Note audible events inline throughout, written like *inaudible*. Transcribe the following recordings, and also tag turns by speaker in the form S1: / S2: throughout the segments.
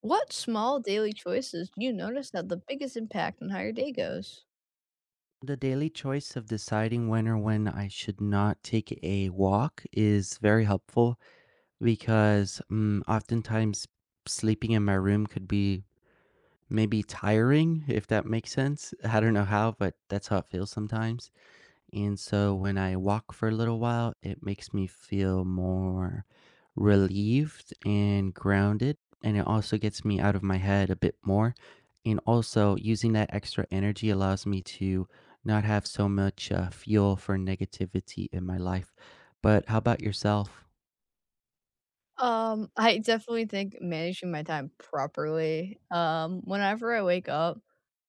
S1: What small daily choices do you notice have the biggest impact on how your day goes?
S2: The daily choice of deciding when or when I should not take a walk is very helpful because oftentimes sleeping in my room could be maybe tiring, if that makes sense. I don't know how, but that's how it feels sometimes. And so when I walk for a little while, it makes me feel more relieved and grounded. And it also gets me out of my head a bit more. And also, using that extra energy allows me to not have so much fuel for negativity in my life. But how about yourself?
S1: I definitely think managing my time properly. Whenever I wake up,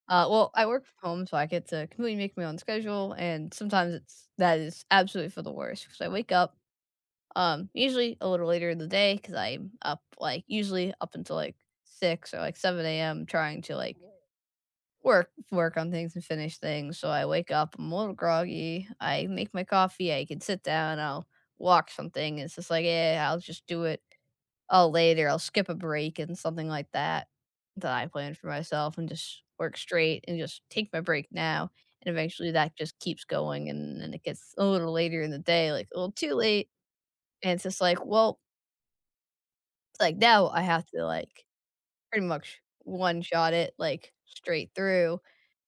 S1: I work from home, so I get to completely make my own schedule, and sometimes it's that is absolutely for the worst because I wake up, usually a little later in the day because I'm up like, usually up until like six or like seven a.m. trying to like work on things and finish things. So I wake up, I'm a little groggy. I make my coffee. I can sit down. I'll walk something. It's just like, yeah, I'll just do it. I'll later. I'll skip a break and something like that that I plan for myself and just work straight and just take my break now. And eventually that just keeps going and then it gets a little later in the day, like a little too late. And it's just like, well, like now I have to like pretty much one shot it like straight through.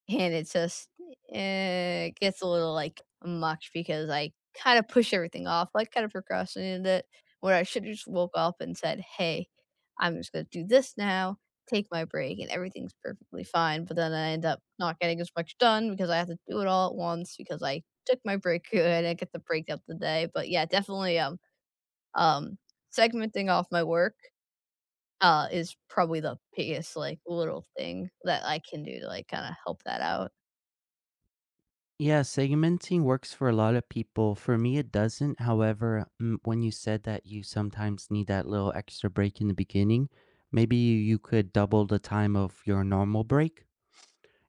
S1: And it just, gets a little, like, much because I kinda push everything off, like, kinda procrastinated it, where I should've just woke up and said, "Hey, I'm just gonna do this now, take my break, and everything's perfectly fine," but then I end up not getting as much done because I have to do it all at once because I took my break *laughs* good, and I get the break up the day, but yeah, definitely, um, segmenting off my work, is probably the biggest, like, little thing that I can do to, like, kinda help that out.
S2: Yeah, segmenting works for a lot of people. For me, it doesn't. However, when you said that you sometimes need that little extra break in the beginning, maybe you could double the time of your normal break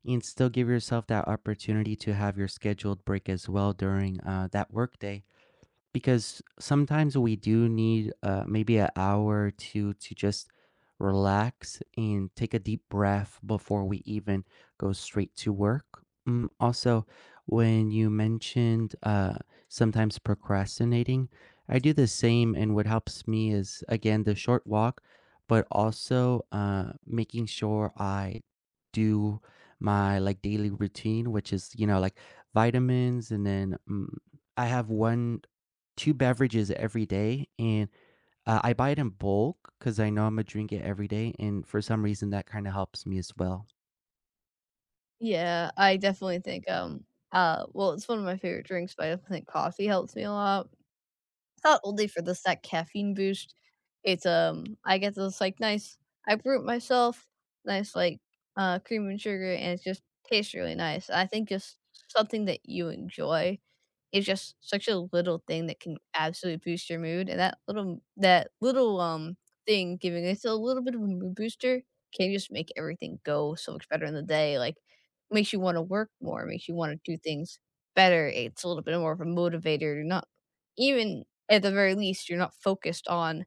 S2: and still give yourself that opportunity to have your scheduled break as well during that workday. Because sometimes we do need, maybe an hour or 2 to just relax and take a deep breath before we even go straight to work. Also, when you mentioned, sometimes procrastinating, I do the same, and what helps me is, again, the short walk, but also, making sure I do my, like, daily routine, which is, you know, like, vitamins, and then, I have one 2 beverages every day, and, I buy it in bulk because I know Imma drink it every day, and for some reason, that kinda helps me as well.
S1: Yeah, I definitely think, it's one of my favorite drinks, but I definitely think coffee helps me a lot. It's not only for this that caffeine boost. It's I get this like nice. I brew it myself, nice like cream and sugar, and it just tastes really nice. I think just something that you enjoy is just such a little thing that can absolutely boost your mood, and that little, thing giving us a little bit of a mood booster can just make everything go so much better in the day, like, makes you wanna work more, makes you wanna do things better, it's a little bit more of a motivator, you're not even at the very least, you're not focused on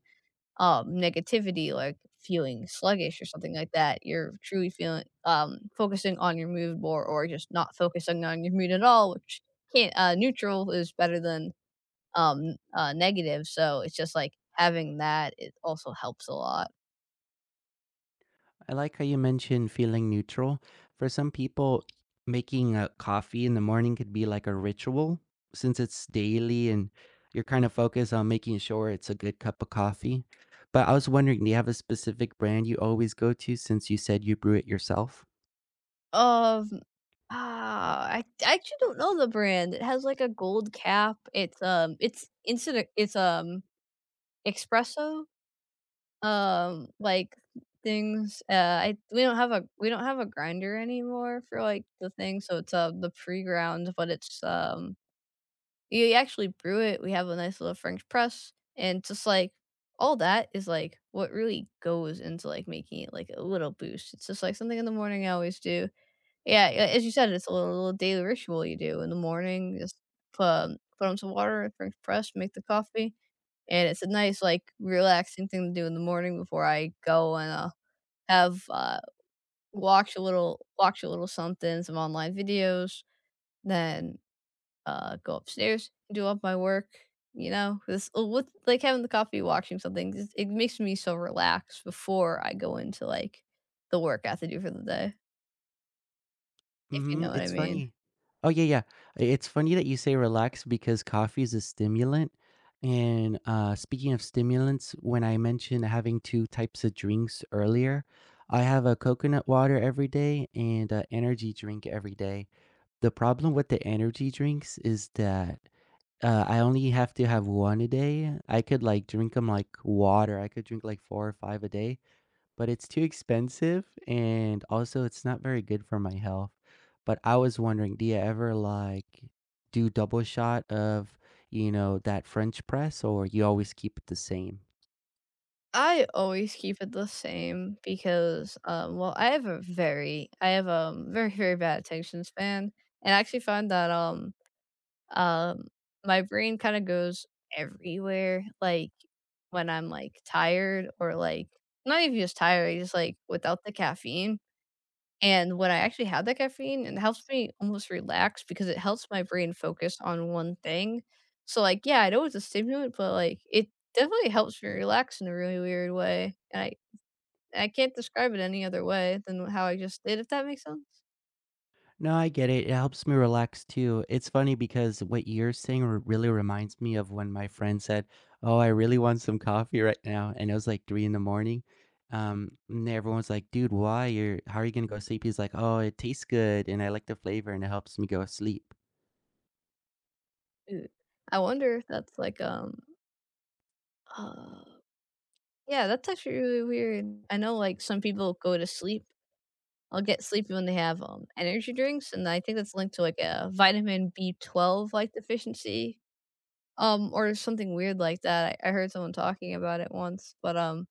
S1: negativity, like feeling sluggish or something like that. You're truly feeling focusing on your mood more, or just not focusing on your mood at all, which can't. Neutral is better than negative, so it's just like having that. It also helps a lot.
S2: I like how you mentioned feeling neutral. For some people, making a coffee in the morning could be like a ritual since it's daily and you're kinda focused on making sure it's a good cup of coffee. But I was wondering, do you have a specific brand you always go to since you said you brew it yourself?
S1: Um, I actually don't know the brand. It has like a gold cap. It's instant. It's espresso. Like, things, I we don't have a grinder anymore for, like, the thing, so it's, the pre-ground, but it's, you actually brew it, we have a nice little French press, and just, like, all that is, like, what really goes into, like, making it, like, a little boost. It's just, like, something in the morning I always do. Yeah, yeah, as you said, it's a little little daily ritual you do in the morning, just put, put on some water, French press, make the coffee. And it's a nice, like, relaxing thing to do in the morning before I go and, have, watch a little something, some online videos, then, go upstairs, and do up my work, you know? This with like, having the coffee, watching something, just it makes me so relaxed before I go into, like, the work I have to do for the day, if you know
S2: Mhm,
S1: what I
S2: it's
S1: mean.
S2: funny. Oh, yeah, yeah. I it's funny that you say relax because coffee is a stimulant, and, speaking of stimulants, when I mentioned having 2 types of drinks earlier, I have a coconut water every day and an energy drink every day. The problem with the energy drinks is that, I only have to have 1 a day. I could, like, drink them like water. I could drink, like, 4 or 5 a day, but it's too expensive and also it's not very good for my health. But I was wondering, do you ever like do double shot of, you know, that French press or you always keep it the same?
S1: I always keep it the same because, well, I have a very, very bad attention span, and I actually find that, um, my brain kinda goes everywhere, like, when I'm, like, tired or, like not even just tired, just, like, without the caffeine. And when I actually have that caffeine, it helps me almost relax because it helps my brain focus on one thing. So, like, yeah, I know it's a stimulant, but, like, it definitely helps me relax in a really weird way, and I can't describe it any other way than how I just did, if that makes sense.
S2: No, I get it. It helps me relax too. It's funny because what you're saying really reminds me of when my friend said, "Oh, I really want some coffee right now," and it was like 3 in the morning. And everyone's like, "Dude, why? You're how are you gonna go sleep?" He's like, "Oh, it tastes good, and I like the flavor, and it helps me go sleep."
S1: Mm. I wonder if that's like, uh yeah, that's actually really weird. I know, like, some people go to sleep I'll get sleepy when they have, energy drinks, and I think that's linked to, like, a vitamin B12, like, deficiency. Or something weird like that. I heard someone talking about it once, but,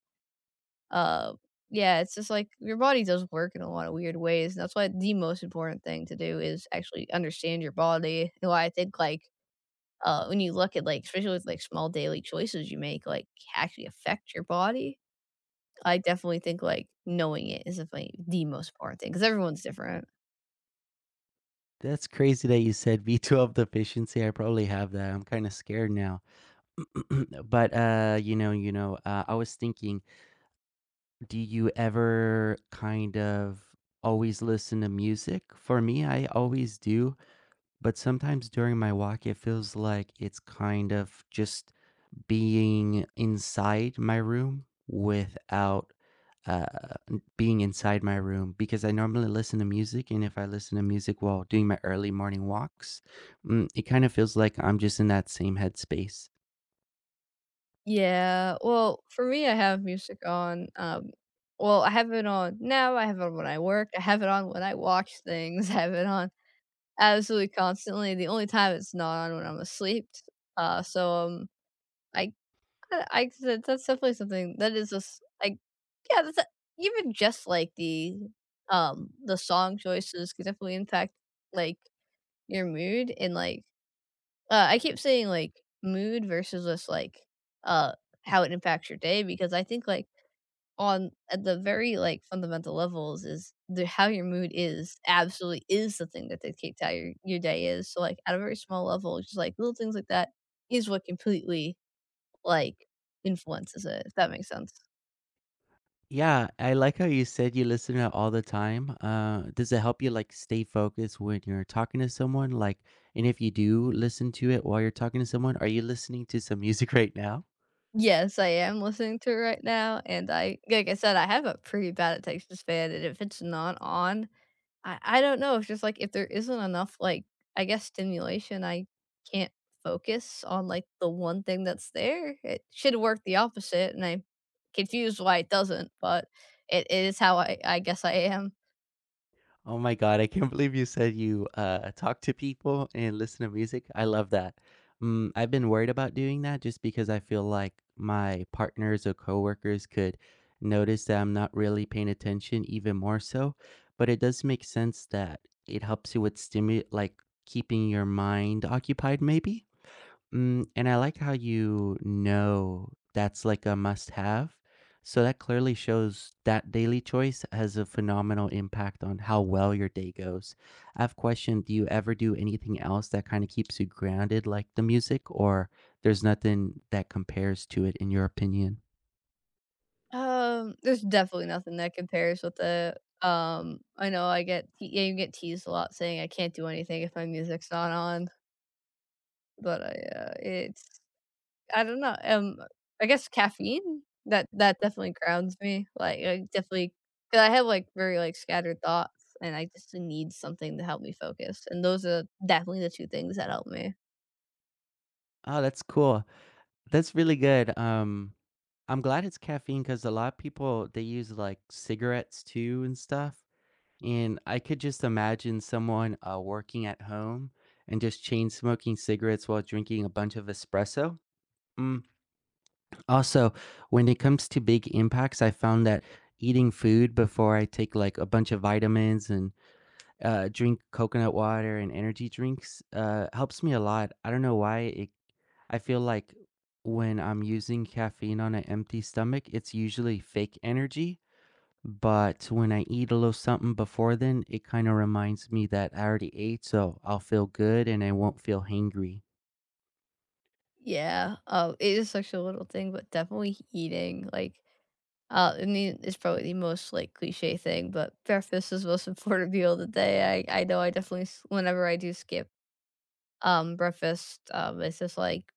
S1: uh, yeah, it's just like your body does work in a lot of weird ways, and that's why the most important thing to do is actually understand your body, and why I think, like, when you look at, like especially with, like, small daily choices you make, like, actually affect your body. I definitely think, like, knowing it is definitely the most important thing because everyone's different.
S2: That's crazy that you said B12 deficiency. I probably have that. I'm kind of scared now. *clears throat* But I was thinking, do you ever kind of always listen to music? For me, I always do, but sometimes during my walk, it feels like it's kind of just being inside my room without uh, being inside my room because I normally listen to music. And if I listen to music while doing my early morning walks, it kind of feels like I'm just in that same headspace.
S1: Yeah, well, for me, I have music on, well, I have it on now, I have it on when I work, I have it on when I watch things, *laughs* I have it on absolutely constantly, the only time it's not on when I'm asleep, uh, so, um, I I said that's definitely something that is just like yeah, that's a even just, like, the the song choices could definitely impact, like, your mood and, like I keep saying, like, mood versus just, like, uh, how it impacts your day because I think, like, on at the very, like, fundamental levels is the how your mood is absolutely is the thing that dictates how your day is. So, like, at a very small level, just, like, little things like that is what completely, like, influences it, if that makes sense.
S2: Yeah, I like how you said you listen to it all the time. Does it help you like stay focused when you're talking to someone? Like, and if you do listen to it while you're talking to someone, are you listening to some *laughs* music right now?
S1: Yes, I am listening to it right now, and I like I said, I have a pretty bad attention span, and if it's not on I don't know, it's just, like, if there isn't enough, like, I guess stimulation, I can't focus on, like, the one thing that's there. It should work the opposite, and I'm confused why it doesn't, but it is how I guess I am.
S2: Oh my god, I can't believe you said you talk to people and listen to music, I love that. I've been worried about doing that just because I feel like my partners or coworkers could notice that I'm not really paying attention even more so, but it does make sense that it helps you with stimu like, keeping your mind occupied maybe? And I like how you know that's like a must have. So that clearly shows that daily choice has a phenomenal impact on how well your day goes. I have a question. Do you ever do anything else that kind of keeps you grounded, like the music, or there's nothing that compares to it in your opinion.
S1: There's definitely nothing that compares with it. I know I get te yeah, you get teased a lot saying I can't do anything if my music's not on, but I, it's I don't know, I guess caffeine? That definitely grounds me, like, I definitely, cause I have, like, very, like, scattered thoughts, and I just need something to help me focus, and those are definitely the 2 things that help me.
S2: Oh, that's cool. That's really good. I'm glad it's caffeine because a lot of people, they use, like, cigarettes too and stuff. And I could just imagine someone working at home and just chain smoking cigarettes while drinking a bunch of espresso. Mm. Also, when it comes to big impacts, I found that eating food before I take like a bunch of vitamins and drink coconut water and energy drinks helps me a lot. I don't know why it. I feel like when I'm using caffeine on an empty stomach, it's usually fake energy but when I eat a little something before then, it kind of reminds me that I already ate, so I'll feel good and I won't feel hangry.
S1: Yeah, it is such a little thing, but definitely eating, like, I mean, it's probably the most, like, cliche thing, but breakfast is the most *laughs* important meal of the day, I know I definitely s whenever I do skip, breakfast, it's just like,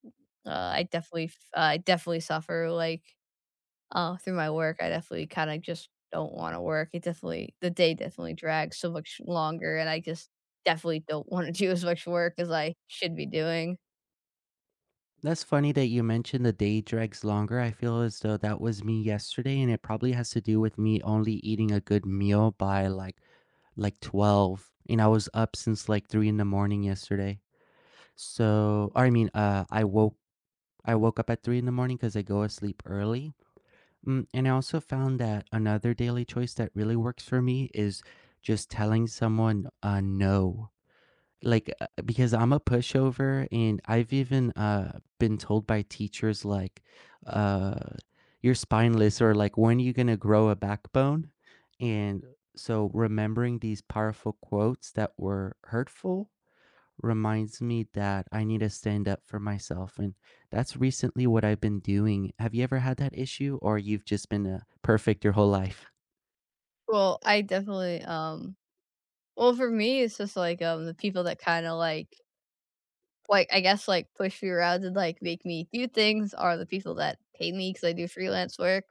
S1: I definitely I definitely suffer, like, through my work, I definitely kinda just don't wanna work. It definitely the day definitely drags so much longer, and I just definitely don't wanna *laughs* do as much work as I should be doing.
S2: That's funny that you mentioned the day drags longer. I feel as though that was me yesterday, and it probably has to do with me only eating a good meal by like 12. And I was up since like 3 in the morning yesterday. So, or I mean, I woke up at 3 in the morning because I go asleep early. And I also found that another daily choice that really works for me is just telling someone, no. Like, because I'm a pushover, and I've even been told by teachers, like, uh, you're spineless, or like, when are you going to grow a backbone? And so remembering these powerful quotes that were hurtful reminds me that I need to stand up for myself, and that's recently what I've been doing. Have you ever had that issue, or you've just been, perfect your whole life?
S1: Well, I definitely, well, for me, it's just, like, the people that kinda, like, I guess, like, push me around and, like, make me do things are the people that pay me because I do freelance work.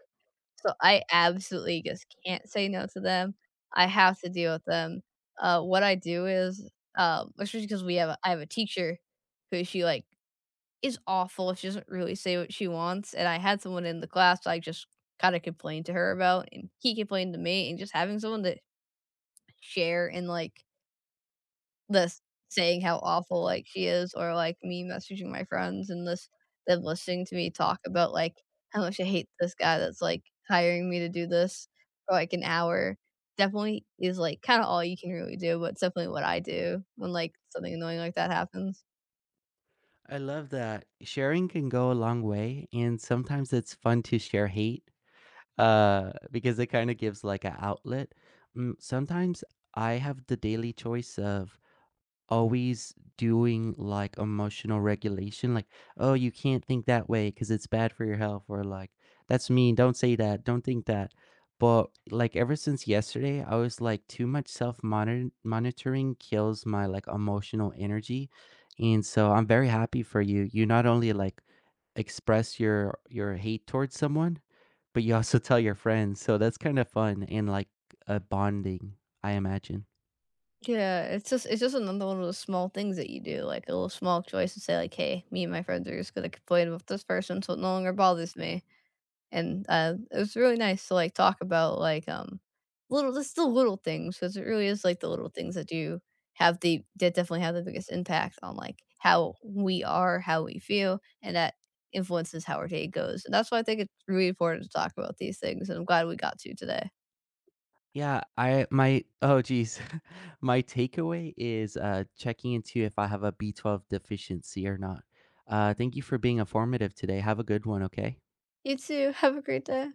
S1: So I absolutely just can't say no to them. I have to deal with them. What I do is, especially because we have a I have a teacher who she, like, is awful. She doesn't really say what she wants, and I had someone in the class I just kinda complained to her about, and he complained to me, and just having someone to share and, like, this saying how awful, like, she is or, like, me messaging my friends and this them listening to me talk about, like, how much I hate this guy that's, like, hiring me to do this for, like, an hour definitely is, like, kinda all you can really do, but it's definitely what I do when, like, something annoying like that happens.
S2: I love that. Sharing can go a long way, and sometimes it's fun to share hate, because it kinda gives, like, an outlet. Sometimes I have the daily choice of always doing like emotional regulation, like, oh, you can't think that way because it's bad for your health, or like, that's mean, don't say that, don't think that. But like, ever since yesterday, I was like, too much self monitoring kills my like emotional energy. And so I'm very happy for you. You not only like express your hate towards someone, but you also *laughs* tell your friends. So that's kind of fun and like a bonding, I imagine.
S1: Yeah, it's just another one of those small things that you do, like, a little small choice to say, like, "Hey, me and my friends are just gonna complain about this person so it no longer bothers me." And, it was really nice to, like, talk about, like, little just the little things because it really is, like, the little things that do have the that definitely have the biggest impact on, like, how we are, how we feel, and that influences how our day goes, and that's why I think it's really important to talk about these things, and I'm glad we got to today.
S2: Yeah, I my oh geez. *laughs* My takeaway is checking into if I have a B12 deficiency or not. Thank you for being informative today. Have a good one, okay?
S1: You too. Have a great day.